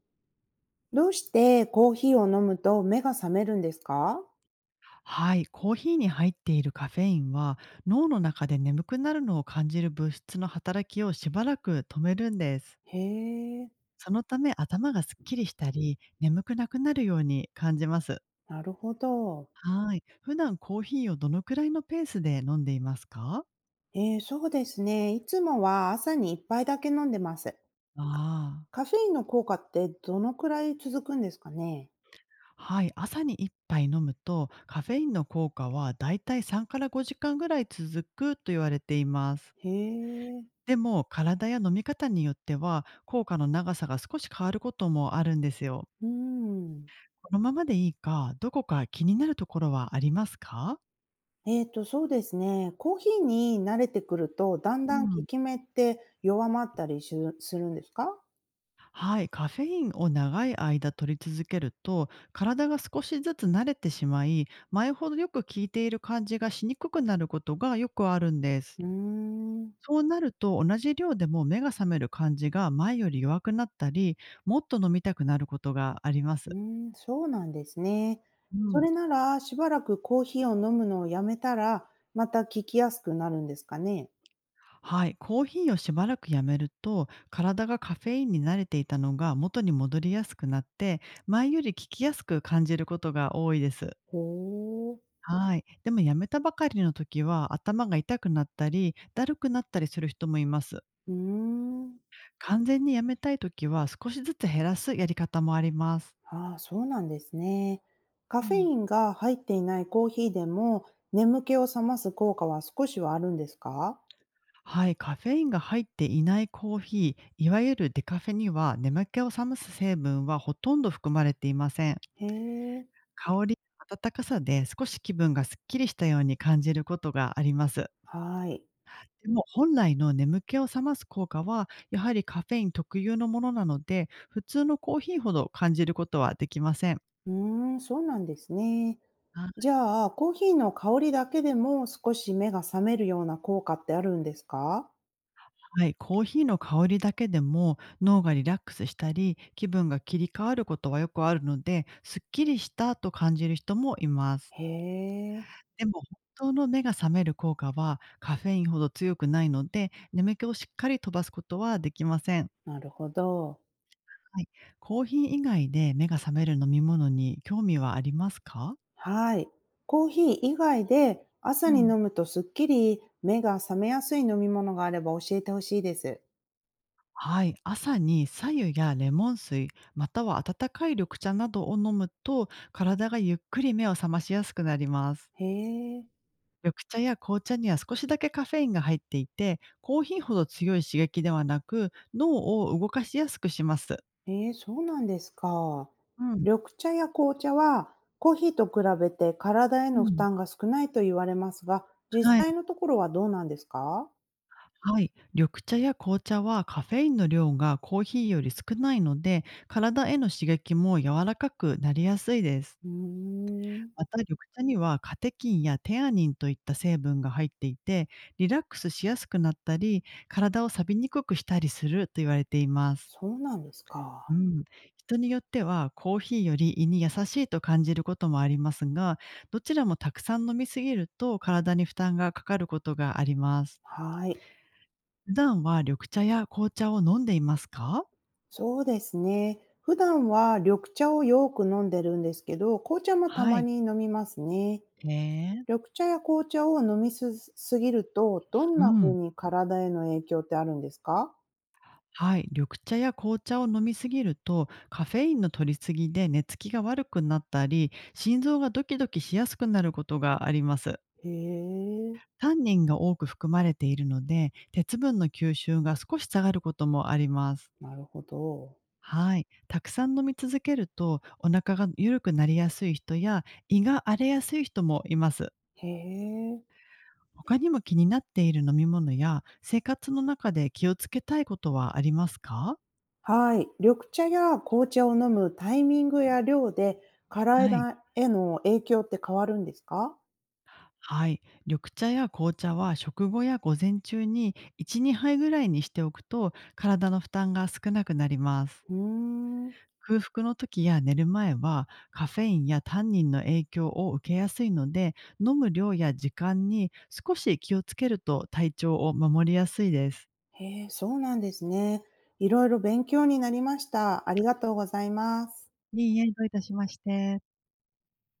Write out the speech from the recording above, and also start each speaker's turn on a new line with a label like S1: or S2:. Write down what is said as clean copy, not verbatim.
S1: どうしてコーヒーを飲むと目が覚めるんですか？
S2: はい、コーヒーに入っているカフェインは脳の中で眠くなるのを感じる物質の働きをしばらく止めるんです。
S1: へえ、
S2: そのため頭がすっきりしたり眠くなくなるように感じます。
S1: なるほど。
S2: はい、普段コーヒーをどのくらいのペースで飲んでいますか？
S1: そうですね。いつもは朝に一杯だけ飲んでます。
S2: ああ、
S1: カフェインの効果ってどのくらい続くんですかね？
S2: はい、朝に一杯飲むとカフェインの効果はだいたい3から5時間ぐらい続くと言われています。
S1: へえ、
S2: でも、体や飲み方によっては、効果の長さが少し変わることもあるんですよ。
S1: うん。
S2: このままでいいか、どこか気になるところはありますか？
S1: そうですね。コーヒーに慣れてくると、だん
S2: う
S1: だん効
S2: ん。
S1: き目って弱まったりするんですか？
S2: はい、カフェインを長い間取り続けると、体が少しずつ慣れてしまい、前ほどよく効いている感じがしにくくなることがよくあるんです。
S1: うーん。
S2: そうなると、同じ量でも目が覚める感じが前より弱くなったり、もっと飲みたくなることがありま
S1: う
S2: す。
S1: ーん、そうなんですね。
S2: う
S1: そ
S2: ん。
S1: れなら、しばらくコーヒーを飲むのをやめたら、また聞きやすくなるんですかね。
S2: はい、コーヒーをしばらくやめると、体がカフェインに慣れていたのが元に戻りやすくなって、前より効きやすく感じることが多いです。
S1: ほう。
S2: はい。でもやめたばかりの時は頭が痛くなったり、だるくなったりする人もいます。
S1: うーん。
S2: 完全にやめたい時は少しずつ減らすやり方もあります。
S1: ああ、そうなんですね。カ
S2: う
S1: フェイ
S2: ん、
S1: ンが入っていないコーヒーでも、眠気を覚ます効果は少しはあるんですか？
S2: はい、カフェインが入っていないコーヒー、いわゆるデカフェには眠気を覚ます成分はほとんど含まれていません。
S1: へえ。
S2: 香り、温かさで少し気分がすっきりしたように感じることがあります。
S1: はい。
S2: でも本来の眠気を覚ます効果は、やはりカフェイン特有のものなので、普通のコーヒーほど感じることはできません。
S1: うーん、そうなんですね。
S2: あ、
S1: じゃあ、コーヒーの香りだけでも少し目が覚めるような効果ってあるんですか？
S2: はい、コーヒーの香りだけでも脳がリラックスしたり、気分が切り替わることはよくあるので、すっきりしたと感じる人もいます。
S1: へえ。
S2: でも本当の目が覚める効果はカフェインほど強くないので、眠気をしっかり飛ばすことはできません。
S1: なるほど。
S2: はい。コーヒー以外で目が覚める飲み物に興味はありますか？
S1: はい。コーヒー以外で朝
S2: う
S1: に
S2: ん。
S1: 飲むとすっきり目が覚めやすい飲み物があれば教えてほしいです。
S2: はい、朝に白湯やレモン水、または温かい緑茶などを飲むと、体がゆっくり目を覚ましやすくなります。
S1: へえ、
S2: 緑茶や紅茶には少しだけカフェインが入っていて、コーヒーほど強い刺激ではなく、脳を動かしやすくします。
S1: へえ、そうなんですか。
S2: うん、
S1: 緑茶や紅茶はコーヒーと比べて体へ
S2: う
S1: の負
S2: ん。
S1: 担が少ないと言われますが、実
S2: は
S1: 際
S2: い。
S1: のところはどうなんですか？
S2: はい、緑茶や紅茶はカフェインの量がコーヒーより少ないので、体への刺激も柔らかくなりやすいです。
S1: うーん、
S2: また緑茶にはカテキンやテアニンといった成分が入っていて、リラックスしやすくなったり、体を錆びにくくしたりすると言われています。
S1: そうなんですか。
S2: うん、人によってはコーヒーより胃に優しいと感じることもありますが、どちらもたくさん飲みすぎると体に負担がかかることがあります。
S1: はい。
S2: 普段は緑茶や紅茶を飲んでいますか？
S1: そうですね。普段は緑茶をよく飲んでるんですけど、紅茶もた
S2: は
S1: ま
S2: い。
S1: に飲みますね。
S2: へえ。
S1: 緑茶や紅茶を飲みすすぎると、どん
S2: う
S1: な風
S2: ん。
S1: に体への影響ってあるんですか？
S2: はい。緑茶や紅茶を飲みすぎると、カフェインの取りすぎで寝つきが悪くなったり、心臓がドキドキしやすくなることがあります。
S1: へえ、
S2: タンニンが多く含まれているので、鉄分の吸収が少し下がることもあります。
S1: なるほど。
S2: はい。たくさん飲み続けると、お腹が緩くなりやすい人や胃が荒れやすい人もいます。
S1: へえ。
S2: 他にも気になっている飲み物や生活の中で気をつけたいことはありますか？
S1: はい。緑茶や紅茶を飲むタイミングや量で、
S2: はい。
S1: 体への影響って変わるんですか？
S2: はい、緑茶や紅茶は食後や午前中に1、2杯ぐらいにしておくと、体の負担が少なくなります。
S1: うーん。
S2: 空腹の時や寝る前は、カフェインやタンニンの影響を受けやすいので、飲む量や時間に少し気をつけると体調を守りやすいです。
S1: へえ、そうなんですね。いろいろ勉強になりました。ありがとうございます。
S2: いいえ、どういたしまして。